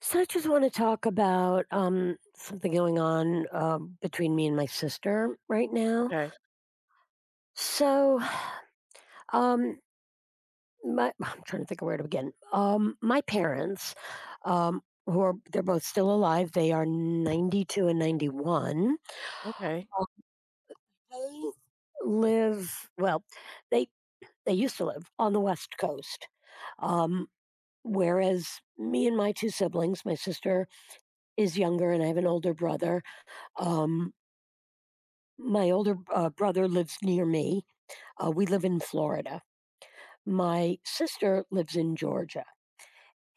So I just want to talk about something going on between me and my sister right now. Okay, So, um, I'm trying to think of where to begin. My parents, um, who are they're both still alive. They are 92 and 91. okay, Uh, They live well. They they used to live on the West Coast, um, whereas me and my two siblings, my sister is younger, and I have an older brother. Um, My older brother lives near me. We live in Florida. My sister lives in Georgia.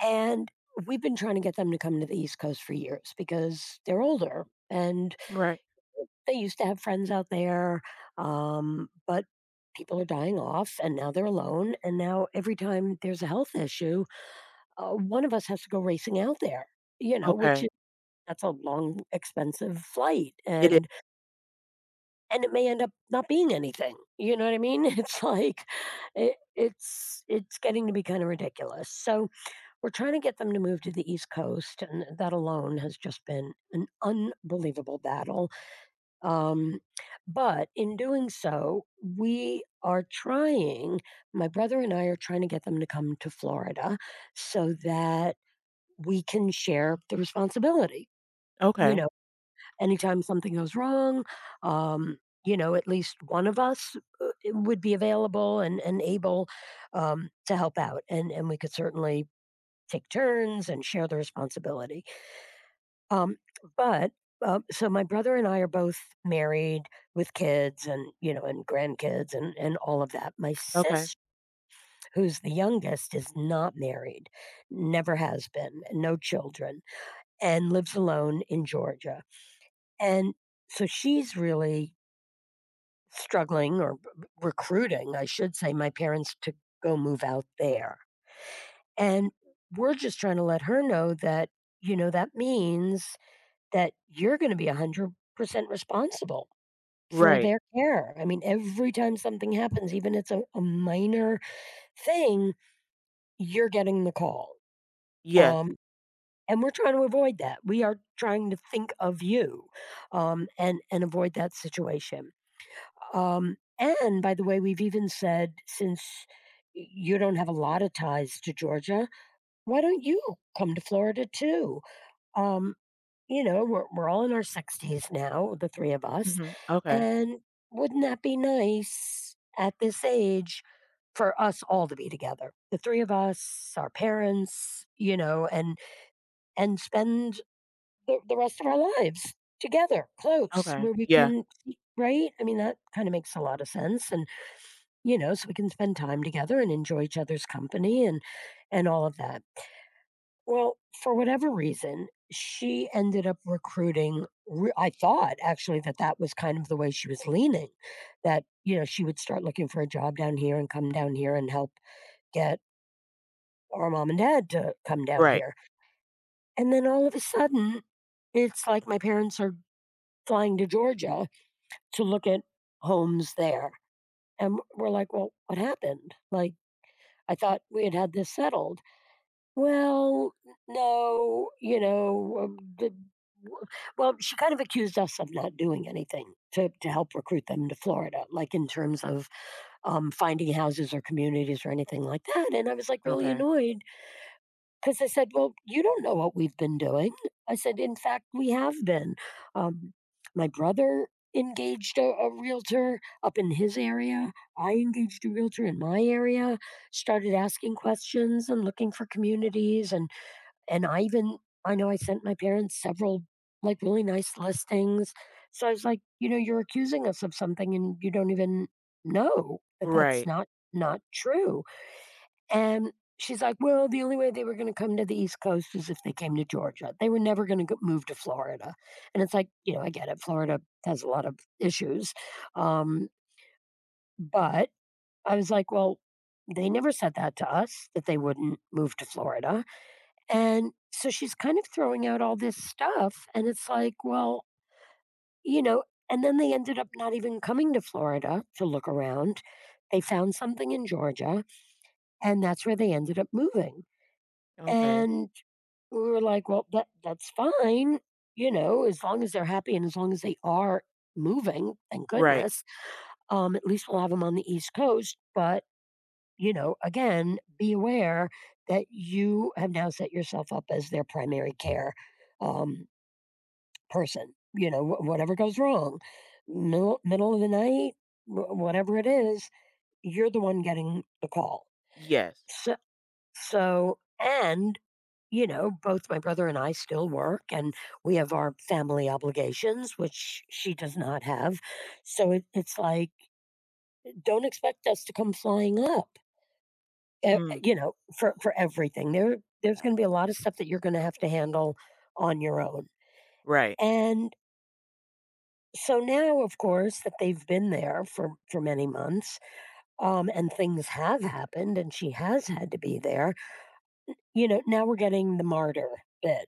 And we've been trying to get them to come to the East Coast for years because they're older and right, they used to have friends out there. But people are dying off and now they're alone. And now every time there's a health issue, one of us has to go racing out there, you know, which okay, is that's a long, expensive flight. it is And it may end up not being anything. You know what I mean? It's like it's getting to be kind of ridiculous. So we're trying to get them to move to the East Coast, and that alone has just been an unbelievable battle. Um, but in doing so, we are trying. My brother and I are trying to get them to come to Florida so that we can share the responsibility. You okay, know, anytime something goes wrong, um, you know, at least one of us would be available and, able to help out. And we could certainly take turns and share the responsibility. Um, but so my brother and I are both married with kids and, you know, and grandkids and all of that. My okay, sister, who's the youngest, is not married, never has been, no children, and lives alone in Georgia. And so she's really struggling or b- recruiting, I should say, my parents to go move out there. And we're just trying to let her know that, you know, that means that you're going to be 100% responsible for right, their care. I mean, every time something happens, even it's a minor thing, you're getting the call. yes, Um, and we're trying to avoid that. We are trying to think of you and avoid that situation. And by the way, we've even said, since you don't have a lot of ties to Georgia, why don't you come to Florida too? Um, you know, we're all in our 60s now, the three of us. mhm, okay, And wouldn't that be nice at this age for us all to be together? The three of us, our parents, you know, and spend the rest of our lives together, close, okay, where we yeah, can, right? I mean, that kind of makes a lot of sense. And you know, so we can spend time together and enjoy each other's company and all of that. Well, for whatever reason, she ended up I thought actually that that was kind of the way she was leaning, that, you know, she would start looking for a job down here and come down here and help get our mom and dad to come down right, here. And then all of a sudden, it's like my parents are flying to Georgia to look at homes there. And we're like, well, what happened? Like, I thought we had had this settled. Well, no, you know, w she kind of accused us of not doing anything to help recruit them to Florida, like, in terms of, finding houses or communities or anything like that, and I was, like, really okay, annoyed because I said, "Well, you don't know what we've been doing." I said, "In fact, we have been." Um, my brother engaged a realtor up in his area. I engaged a realtor in my area, started asking questions and looking for communities, and I even I know I sent my parents several, like, really nice listings. So I was like, "You know, you're accusing us of something and you don't even know that that's right, not true." And she's like, "Well, the only way they were gonna come to the East Coast is if they came to Georgia. They were never gonna move to Florida." And it's like, you know, I get it. Florida has a lot of issues. Um, but I was like, "Well, they never said that to us, that they wouldn't move to Florida." And so she's kind of throwing out all this stuff. And it's like, well, you know, and then they ended up not even coming to Florida to look around. They found something in Georgia, and that's where they ended up moving. okay, And we were like, well, that's fine, you know, as long as they're happy and as long as they are moving, thank right, goodness. At least we'll have them on the East Coast. But, you know, again, be aware that you have now set yourself up as their primary care um, person, you know, whatever goes wrong, middle of the night, whatever it is, you're the one getting the call. yes, So, so, you know, both my brother and I still work and we have our family obligations, which she does not have. So it's like, don't expect us to come flying up, mm, you know, for everything. There's going to be a lot of stuff that you're going to have to handle on your own. right, And so now, of course, that they've been there for many months, and things have happened, and she has had to be there. You know, now we're getting the martyr bit.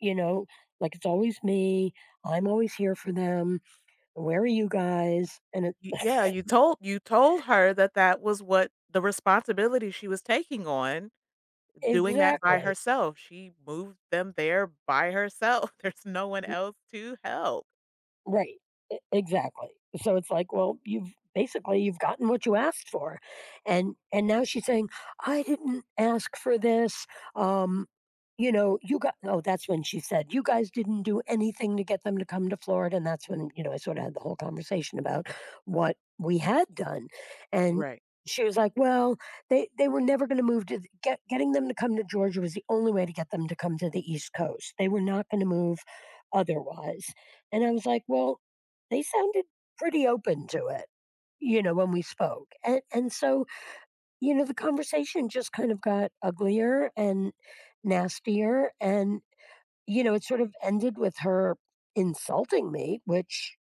You know, like it's always me. I'm always here for them. Where are you guys? And it, Yeah, you told her that that was what the responsibility she was taking on, doing that by exactly. herself. She moved them there by herself. There's no one else to help. Right. E exactly. So it's like, well, you've gotten what you asked for, and now she's saying, "I didn't ask for this." Um, you know, you got oh, that's when she said, "You guys didn't do anything to get them to come to Florida," and that's when, you know, I sort of had the whole conversation about what we had done, and Right, she was like, "Well, they were never gonna move to the getting them to come to Georgia was the only way to get them to come to the East Coast. They were not gonna move otherwise." And I was like, "Well, they sounded pretty open to it," you know, when we spoke, and so, you know, the conversation just kind of got uglier and nastier, and, you know, it sort of ended with her insulting me, which,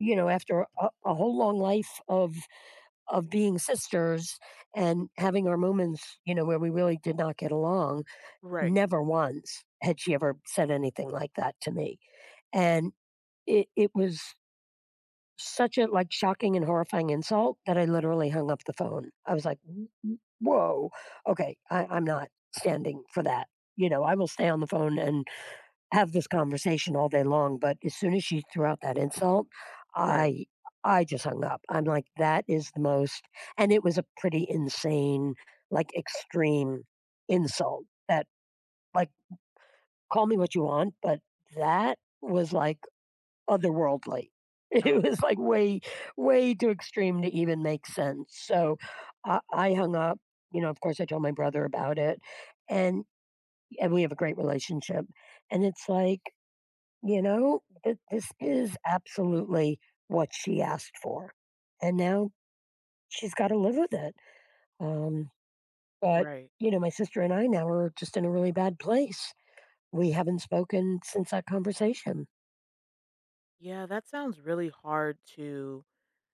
you know, after a whole long life of being sisters and having our moments, you know, where we really did not get along, right, never once had she ever said anything like that to me, and it was such a, like, shocking and horrifying insult that I literally hung up the phone. I was like, "W w Whoa, okay, I'm not standing for that." You know, I will stay on the phone and have this conversation all day long, but as soon as she threw out that insult, right, I I just hung up. I'm like, "That is the most," and it was a pretty insane, like, extreme insult that, like, call me what you want, but that was like otherworldly. It was okay, like way too extreme to even make sense. So I hung up. You know, of course, I told my brother about it, and we have a great relationship. And it's like, you know, this is absolutely what she asked for, and now she's got to live with it. Um, but right. you know, my sister and I now are just in a really bad place. We haven't spoken since that conversation. Yeah, that sounds really hard to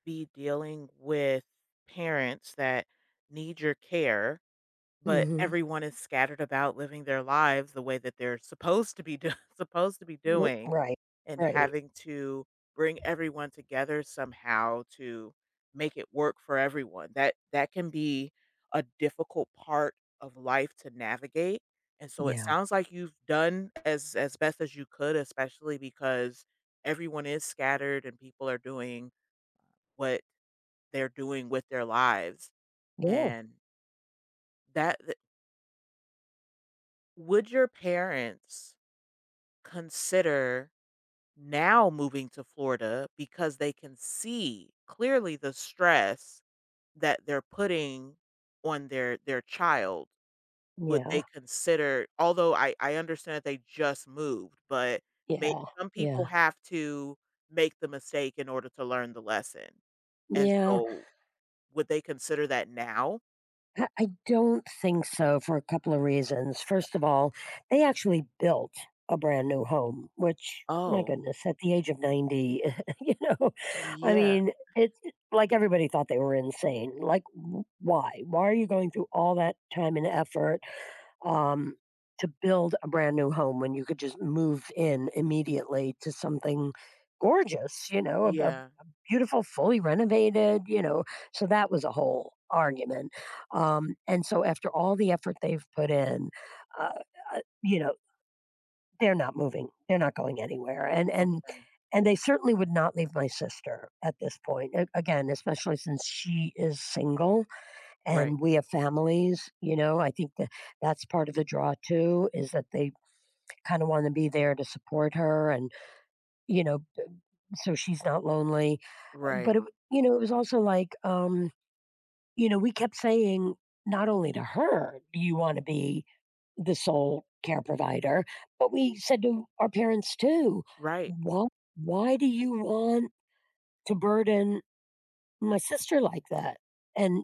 be dealing with parents that need your care, but Hmm. everyone is scattered about living their lives the way that they're supposed to be do supposed to be doing, Right, and right, having to bring everyone together somehow to make it work for everyone. That that can be a difficult part of life to navigate, and so it yeah. sounds like you've done as best as you could, especially because everyone is scattered and people are doing what they're doing with their lives. Yeah, And that Would your parents consider now moving to Florida because they can see clearly the stress that they're putting on their child? Would yeah, they consider, although I understand that they just moved, but may yeah, some people yeah, have to make the mistake in order to learn the lesson. And yeah. so would they consider that now? I don't think so for a couple of reasons. First of all, they actually built a brand new home, which, my Oh, goodness, at the age of 90, you know, I yeah, mean, it's like everybody thought they were insane. Like, why? Why are you going through all that time and effort? um, to build a brand new home when you could just move in immediately to something gorgeous, you know, yeah, a beautiful, fully renovated, you know. So that was a whole argument. And so after all the effort they've put in, uh, you know, they're not moving. They're not going anywhere. And and okay. and they certainly would not leave my sister at this point. Again, especially since she is single Right, and we have families, you know, I think that that's part of the draw too, is that they kind of want to be there to support her and, you know, so she's not lonely. But, right, you know, it was also like, you know, we kept saying, not only to her, do you want to be the sole care provider, but we said to our parents too, right. why, why do you want to burden my sister like that, and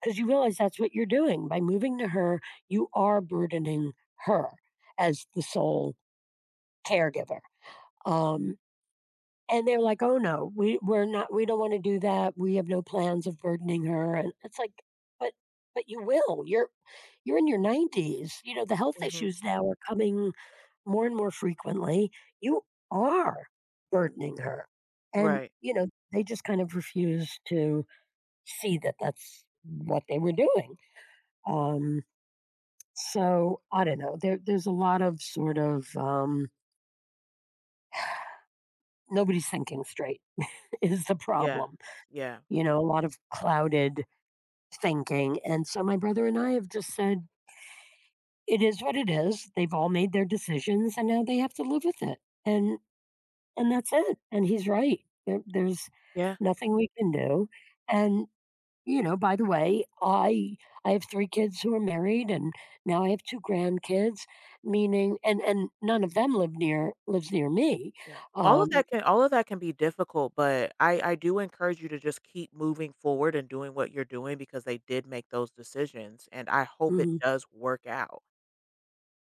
because you realize that's what you're doing, by moving to her, you are burdening her as the sole caregiver, um, and they're like, "Oh, no, we we're not we don't wanna do that, we have no plans of burdening her," and it's like, "But but you will, you're in your 90s, you know, the health Mhm. issues now are coming more and more frequently, you are burdening her," and, Right. you know, they just kind of refuse to see that that's what they were doing. Um, so I don't know. There's a lot of sort of nobody's thinking straight is the Yeah. problem. Yeah. You know, a lot of clouded thinking. And so my brother and I have just said it is what it is. They've all made their decisions, and now they have to live with it. And and that's it. And he's right. There's Yeah. nothing we can do. And you know, by the way, I have 3 kids who are married, and now I have 2 grandkids, meaning and none of them live near lives near me, Yeah. All of um that can all of that can be difficult, but I do encourage you to just keep moving forward and doing what you're doing because they did make those decisions, and I hope it mhm. does work out.